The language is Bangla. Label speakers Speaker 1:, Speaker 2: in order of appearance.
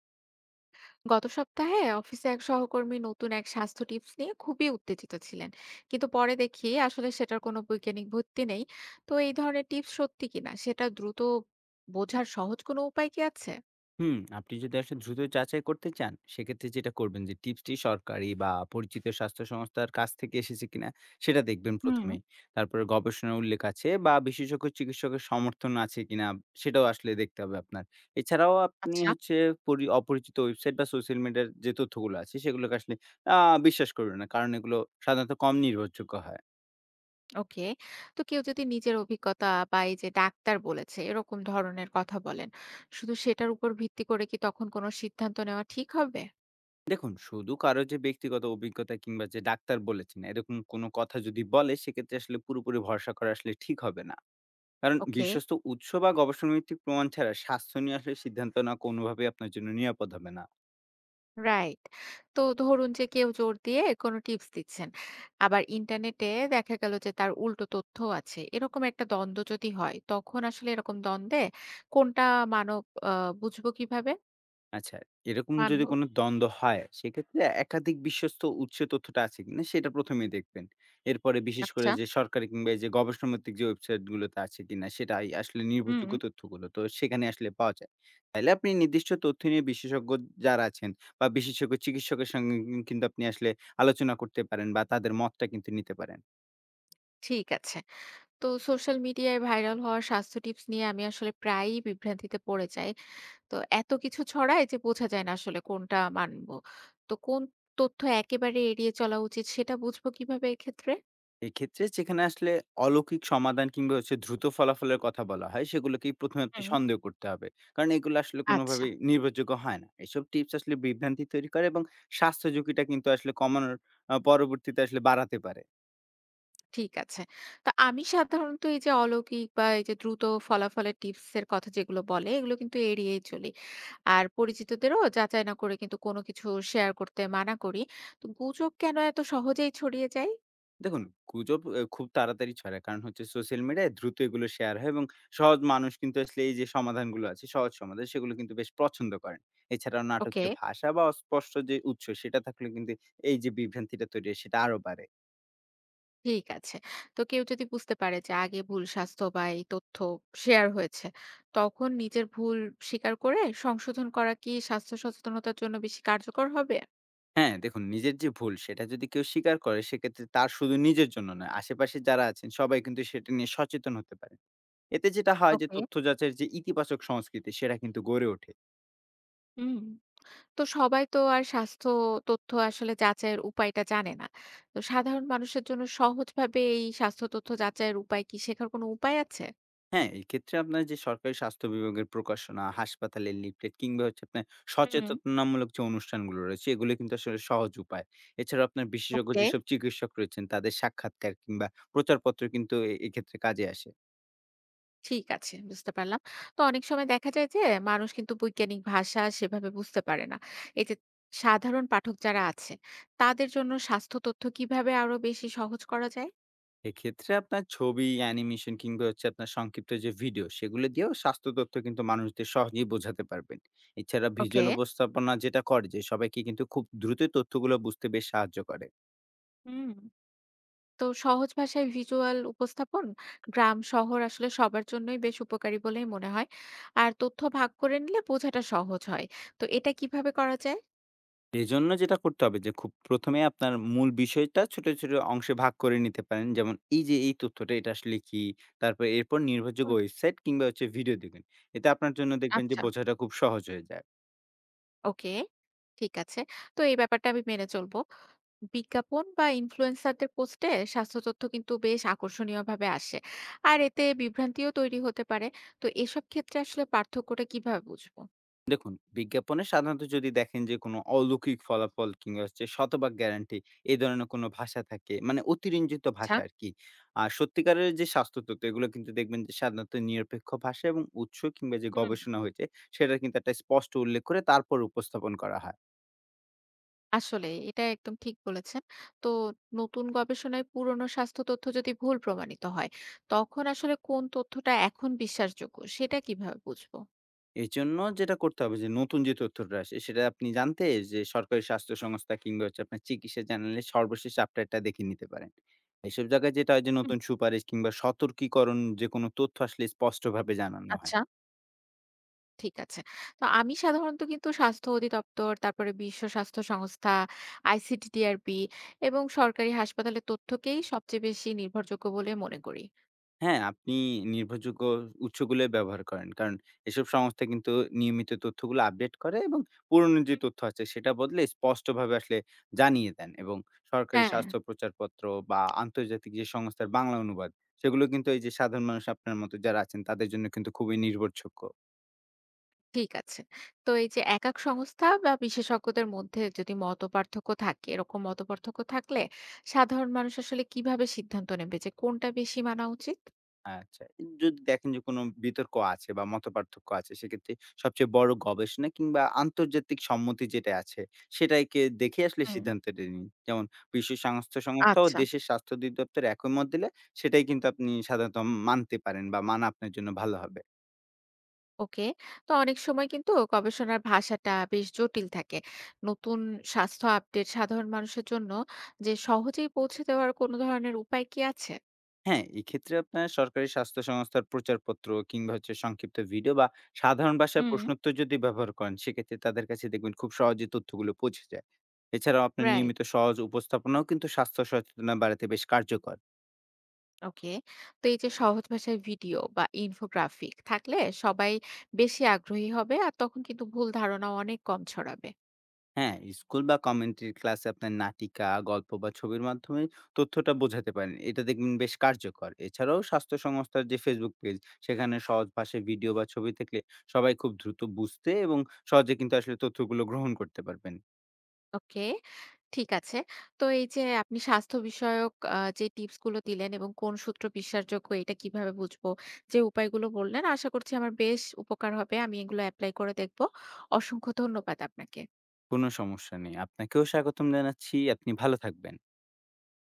Speaker 1: গত সপ্তাহে অফিসে এক সহকর্মী নতুন এক স্বাস্থ্য টিপস নিয়ে খুবই উত্তেজিত ছিলেন। কিন্তু পরে দেখি আসলে সেটার কোনো বৈজ্ঞানিক ভিত্তি নেই। তো এই ধরনের টিপস সত্যি কিনা সেটা দ্রুত বোঝার সহজ কোনো উপায় কি আছে?
Speaker 2: হুম, আপনি যদি আসলে দ্রুত যাচাই করতে চান, সেক্ষেত্রে যেটা করবেন যে টিপসটি সরকারি বা পরিচিত স্বাস্থ্য সংস্থার কাছ থেকে এসেছে কিনা সেটা দেখবেন
Speaker 1: হুম।
Speaker 2: প্রথমেই। তারপরে গবেষণার উল্লেখ আছে বা বিশেষজ্ঞ চিকিৎসকের সমর্থন আছে কিনা সেটাও আসলে দেখতে হবে আপনার। এছাড়াও আপনি
Speaker 1: আচ্ছা।
Speaker 2: হচ্ছে অপরিচিত ওয়েবসাইট বা সোশ্যাল মিডিয়ার যে তথ্যগুলো আছে সেগুলোকে আসলে আ বিশ্বাস করবেন না। কারণ এগুলো সাধারণত কম নির্ভরযোগ্য হয়।
Speaker 1: ওকে। তো কেউ যদি নিজের অভিজ্ঞতা বা এই যে ডাক্তার বলেছে এরকম ধরনের কথা বলেন, শুধু সেটার উপর ভিত্তি করে কি তখন কোনো সিদ্ধান্ত নেওয়া ঠিক হবে?
Speaker 2: দেখুন, শুধু কারো যে ব্যক্তিগত অভিজ্ঞতা কিংবা যে ডাক্তার বলেছেন, এরকম কোনো কথা যদি বলে সেক্ষেত্রে আসলে পুরোপুরি ভরসা করা আসলে ঠিক হবে না। কারণ
Speaker 1: ওকে।
Speaker 2: বিশ্বস্ত উৎস বা গবেষণাভিত্তিক প্রমাণ ছাড়া স্বাস্থ্য নিয়ে আসলে সিদ্ধান্ত নেওয়া কোনোভাবেই আপনার জন্য নিরাপদ হবে না।
Speaker 1: রাইট। তো ধরুন যে কেউ জোর দিয়ে কোনো টিপস দিচ্ছেন। আবার ইন্টারনেটে দেখা গেল যে তার উল্টো তথ্যও আছে। এরকম একটা দ্বন্দ্ব যদি হয় তখন আসলে এরকম দ্বন্দ্বে কোনটা মানব আ বুঝবো কিভাবে?
Speaker 2: আচ্ছা, এরকম যদি
Speaker 1: মানব।
Speaker 2: কোনো দ্বন্দ্ব হয়, সেক্ষেত্রে একাধিক বিশ্বস্ত উৎসে তথ্যটা আছে কিনা সেটা ১ম এ দেখবেন। এরপরে বিশেষ করে
Speaker 1: আচ্ছা।
Speaker 2: যে সরকারি কিংবা এই যে গবেষণাভিত্তিক যে ওয়েবসাইটগুলোতে আছে কিনা সেটাই আসলে
Speaker 1: হুম।
Speaker 2: নির্ভরযোগ্য তথ্যগুলো, তো সেখানে আসলে পাওয়া যায়। তাইলে আপনি নির্দিষ্ট তথ্য নিয়ে বিশেষজ্ঞ যারা আছেন বা বিশেষজ্ঞ চিকিৎসকের সঙ্গে কিন্তু আপনি আসলে আলোচনা করতে পারেন বা তাদের মতটা কিন্তু নিতে পারেন।
Speaker 1: ঠিক আছে। তো সোশ্যাল মিডিয়ায় ভাইরাল হওয়া স্বাস্থ্য টিপস নিয়ে আমি আসলে প্রায়ই বিভ্রান্তিতে পড়ে যাই। তো এত কিছু ছড়ায় যে বোঝা যায় না আসলে কোনটা মানব। তো কোন তথ্য একেবারে এড়িয়ে চলা উচিত সেটা বুঝবো কিভাবে এক্ষেত্রে?
Speaker 2: এক্ষেত্রে যেখানে আসলে অলৌকিক সমাধান কিংবা হচ্ছে দ্রুত ফলাফলের কথা বলা হয়, সেগুলোকেই ১ম এ আপনি
Speaker 1: হুম।
Speaker 2: সন্দেহ করতে হবে। কারণ এগুলো আসলে
Speaker 1: আচ্ছা।
Speaker 2: কোনোভাবেই নির্ভরযোগ্য হয় না। এসব টিপস আসলে বিভ্রান্তি তৈরি করে এবং স্বাস্থ্য ঝুঁকিটা কিন্তু আসলে কমানোর পরবর্তীতে আসলে বাড়াতে পারে।
Speaker 1: ঠিক আছে। তো আমি সাধারণত এই যে অলৌকিক বা এই যে দ্রুত ফলাফলের টিপস এর কথা যেগুলো বলে, এগুলো কিন্তু এড়িয়েই চলি। আর পরিচিতদেরও যাচাই না করে কিন্তু কোনো কিছু শেয়ার করতে মানা করি। তো গুজব কেন এত সহজেই ছড়িয়ে যায়?
Speaker 2: দেখুন, গুজব এ খুব তাড়াতাড়ি ছড়ায়। কারণ হচ্ছে সোশ্যাল মিডিয়ায় দ্রুত এগুলো শেয়ার হয় এবং সহজ মানুষ কিন্তু আসলে এই যে সমাধানগুলো আছে, সহজ সমাধান সেগুলো কিন্তু বেশ পছন্দ করেন। এছাড়াও
Speaker 1: ওকে,
Speaker 2: নাটকীয় ভাষা বা অস্পষ্ট যে উৎস সেটা থাকলে কিন্তু এই যে বিভ্রান্তিটা তৈরি হয় সেটা আরো বাড়ে।
Speaker 1: ঠিক আছে। তো কেউ যদি বুঝতে পারে যে আগে ভুল স্বাস্থ্য বা এই তথ্য শেয়ার হয়েছে, তখন নিজের ভুল স্বীকার করে সংশোধন করা কি স্বাস্থ্য সচেতনতার জন্য বেশি কার্যকর হবে?
Speaker 2: হ্যাঁ, দেখুন, নিজের যে ভুল সেটা যদি কেউ স্বীকার করে সেক্ষেত্রে তার শুধু নিজের জন্য নয়, আশেপাশে যারা আছেন সবাই কিন্তু সেটা নিয়ে সচেতন হতে পারে। এতে যেটা হয় যে
Speaker 1: ওকে।
Speaker 2: তথ্য যাচাইয়ের যে ইতিবাচক সংস্কৃতি সেটা কিন্তু গড়ে ওঠে।
Speaker 1: হুম। তো সবাই তো আর স্বাস্থ্য তথ্য আসলে যাচাইয়ের উপায়টা জানে না। তো সাধারণ মানুষের জন্য সহজভাবে এই স্বাস্থ্য তথ্য যাচাইয়ের উপায় কি শেখার কোনো উপায় আছে?
Speaker 2: হ্যাঁ, এক্ষেত্রে আপনার যে সরকারি স্বাস্থ্য বিভাগের প্রকাশনা, হাসপাতালের লিফলেট কিংবা হচ্ছে আপনার
Speaker 1: হুম।
Speaker 2: সচেতনামূলক যে অনুষ্ঠানগুলো রয়েছে এগুলো কিন্তু আসলে সহজ উপায়। এছাড়াও আপনার বিশেষজ্ঞ
Speaker 1: ওকে,
Speaker 2: যেসব চিকিৎসক রয়েছেন তাদের সাক্ষাৎকার কিংবা প্রচারপত্র কিন্তু এ এক্ষেত্রে কাজে আসে।
Speaker 1: ঠিক আছে, বুঝতে পারলাম। তো অনেক সময় দেখা যায় যে মানুষ কিন্তু বৈজ্ঞানিক ভাষা সেভাবে বুঝতে পারে না। এই যে সাধারণ পাঠক যারা আছে তাদের জন্য স্বাস্থ্য তথ্য কিভাবে আরো বেশি সহজ করা যায়?
Speaker 2: এক্ষেত্রে আপনার ছবি, অ্যানিমেশন কিংবা হচ্ছে আপনার সংক্ষিপ্ত যে ভিডিও, সেগুলো দিয়েও স্বাস্থ্য তথ্য কিন্তু মানুষদের সহজেই বোঝাতে পারবেন। এছাড়া
Speaker 1: ওকে।
Speaker 2: ভিজুয়াল উপস্থাপনা যেটা করে যে, সবাইকে কিন্তু খুব দ্রুতই তথ্যগুলো বুঝতে বেশ সাহায্য করে।
Speaker 1: হুম। তো সহজ ভাষায় ভিজুয়াল উপস্থাপন গ্রাম শহর আসলে সবার জন্যই বেশ উপকারী বলেই মনে হয়। আর তথ্য ভাগ করে নিলে বোঝাটা সহজ হয়। তো এটা কিভাবে করা যায়?
Speaker 2: এজন্য যেটা করতে হবে যে, খুব প্রথমে আপনার মূল বিষয়টা ছোট ছোট অংশে ভাগ করে নিতে পারেন। যেমন, এই যে এই তথ্যটা এটা আসলে কি? এরপর নির্ভরযোগ্য
Speaker 1: হুম,
Speaker 2: ওয়েবসাইট কিংবা হচ্ছে ভিডিও দেখবেন। এতে আপনার জন্য দেখবেন যে
Speaker 1: আচ্ছা।
Speaker 2: বোঝাটা খুব সহজ হয়ে যায়।
Speaker 1: ওকে, ঠিক আছে। তো এই ব্যাপারটা আমি মেনে চলবো। বিজ্ঞাপন বা ইনফ্লুয়েন্সারদের পোস্টে স্বাস্থ্য তথ্য কিন্তু বেশ আকর্ষণীয় ভাবে আসে। আর এতে বিভ্রান্তিও তৈরি হতে পারে। তো এসব ক্ষেত্রে আসলে পার্থক্যটা কিভাবে বুঝবো?
Speaker 2: দেখুন, বিজ্ঞাপনে সাধারণত যদি দেখেন যে কোনো অলৌকিক ফলাফল কিংবা হচ্ছে শতভাগ গ্যারান্টি এই ধরনের কোনো ভাষা থাকে, মানে অতিরঞ্জিত
Speaker 1: আচ্ছা।
Speaker 2: ভাষা আরকি। আর সত্যিকারের যে স্বাস্থ্য তথ্য, এগুলো কিন্তু দেখবেন যে সাধারণত নিরপেক্ষ ভাষা এবং উৎস কিংবা যে
Speaker 1: হুম।
Speaker 2: গবেষণা হয়েছে সেটার কিন্তু একটা স্পষ্ট উল্লেখ করে তারপর উপস্থাপন করা হয়।
Speaker 1: আসলে এটা একদম ঠিক বলেছেন। তো নতুন গবেষণায় পুরনো স্বাস্থ্য তথ্য যদি ভুল প্রমাণিত হয়, তখন আসলে কোন তথ্যটা এখন বিশ্বাসযোগ্য সেটা কিভাবে বুঝবো?
Speaker 2: এজন্য যেটা করতে হবে যে নতুন যে তথ্যটা আসে সেটা আপনি জানতে যে সরকারি স্বাস্থ্য সংস্থা কিংবা হচ্ছে আপনার চিকিৎসা জানালে সর্বশেষ আপডেটটা দেখে নিতে পারেন। এসব জায়গায় যেটা হয় যে
Speaker 1: হুম,
Speaker 2: নতুন সুপারিশ কিংবা সতর্কীকরণ যে কোনো তথ্য আসলে স্পষ্টভাবে জানানো হয়।
Speaker 1: আচ্ছা। ঠিক আছে। তো আমি সাধারণত কিন্তু স্বাস্থ্য অধিদপ্তর, তারপরে বিশ্ব স্বাস্থ্য সংস্থা, আইসিডিডিআরবি এবং সরকারি হাসপাতালের তথ্যকেই সবচেয়ে বেশি নির্ভরযোগ্য বলে মনে করি।
Speaker 2: হ্যাঁ, আপনি নির্ভরযোগ্য উৎসগুলোই ব্যবহার করেন। কারণ এসব সংস্থা কিন্তু নিয়মিত তথ্যগুলো আপডেট করে এবং পুরনো যে
Speaker 1: হুম।
Speaker 2: তথ্য আছে সেটা বদলে স্পষ্টভাবে আসলে জানিয়ে দেন এবং সরকারি
Speaker 1: হ্যাঁ।
Speaker 2: স্বাস্থ্য প্রচারপত্র বা আন্তর্জাতিক যে সংস্থার বাংলা অনুবাদ সেগুলো কিন্তু এই যে সাধারণ মানুষ আপনার মতো যারা আছেন তাদের জন্য কিন্তু খুবই নির্ভরযোগ্য।
Speaker 1: ঠিক আছে। তো এই যে একেক সংস্থা বা বিশেষজ্ঞদের মধ্যে যদি মতপার্থক্য থাকে, এরকম মতপার্থক্য থাকলে সাধারণ মানুষ আসলে কিভাবে সিদ্ধান্ত নেবে যে কোনটা বেশি মানা উচিত?
Speaker 2: আচ্ছা। যদি দেখেন যে কোনো বিতর্ক আছে বা মতপার্থক্য আছে সেক্ষেত্রে সবচেয়ে বড় গবেষণা কিংবা আন্তর্জাতিক সম্মতি যেটা আছে সেটাকে দেখে আসলে
Speaker 1: হুম,
Speaker 2: সিদ্ধান্তটা নিন। যেমন, বিশ্ব স্বাস্থ্য সংস্থা ও
Speaker 1: আচ্ছা।
Speaker 2: দেশের স্বাস্থ্য অধিদপ্তর একমত দিলে সেটাই কিন্তু আপনি সাধারণত মানতে পারেন বা মানা আপনার জন্য ভালো হবে।
Speaker 1: ওকে। তো অনেক সময় কিন্তু গবেষণার ভাষাটা বেশ জটিল থাকে। নতুন স্বাস্থ্য আপডেট সাধারণ মানুষের জন্য যে সহজেই পৌঁছে দেওয়ার কোনো ধরনের উপায় কি আছে?
Speaker 2: হ্যাঁ, এক্ষেত্রে আপনার সরকারি স্বাস্থ্য সংস্থার প্রচারপত্র কিংবা হচ্ছে সংক্ষিপ্ত ভিডিও বা সাধারণ ভাষায়
Speaker 1: হুম।
Speaker 2: প্রশ্নোত্তর যদি ব্যবহার করেন, সেক্ষেত্রে তাদের কাছে দেখবেন খুব সহজে তথ্যগুলো পৌঁছে যায়। এছাড়াও আপনার
Speaker 1: রাইট।
Speaker 2: নিয়মিত সহজ উপস্থাপনাও কিন্তু স্বাস্থ্য সচেতনতা বাড়াতে বেশ কার্যকর।
Speaker 1: ওকে। তো এই যে সহজ ভাষায় ভিডিও বা ইনফোগ্রাফিক থাকলে সবাই বেশি আগ্রহী হবে, আর তখন কিন্তু ভুল ধারণা অনেক কম ছড়াবে।
Speaker 2: হ্যাঁ, স্কুল বা কমিউনিটির ক্লাসে আপনার নাটিকা, গল্প বা ছবির মাধ্যমে তথ্যটা বোঝাতে পারেন। এটা দেখবেন বেশ কার্যকর। এছাড়াও স্বাস্থ্য সংস্থার যে Facebook পেজ, সেখানে সহজ ভাষায় ভিডিও বা ছবি থাকলে সবাই খুব দ্রুত বুঝতে এবং সহজে কিন্তু আসলে তথ্যগুলো গ্রহণ করতে পারবেন।
Speaker 1: ওকে, ঠিক আছে। তো এই যে আপনি স্বাস্থ্য বিষয়ক যে টিপস গুলো দিলেন এবং কোন সূত্র বিশ্বাসযোগ্য এটা কিভাবে বুঝবো, যে উপায়গুলো বললেন আশা করছি আমার বেশ উপকার হবে। আমি এগুলো অ্যাপ্লাই করে দেখবো। অসংখ্য ধন্যবাদ আপনাকে।
Speaker 2: কোনো সমস্যা নেই। আপনাকেও স্বাগতম জানাচ্ছি। আপনি ভালো থাকবেন।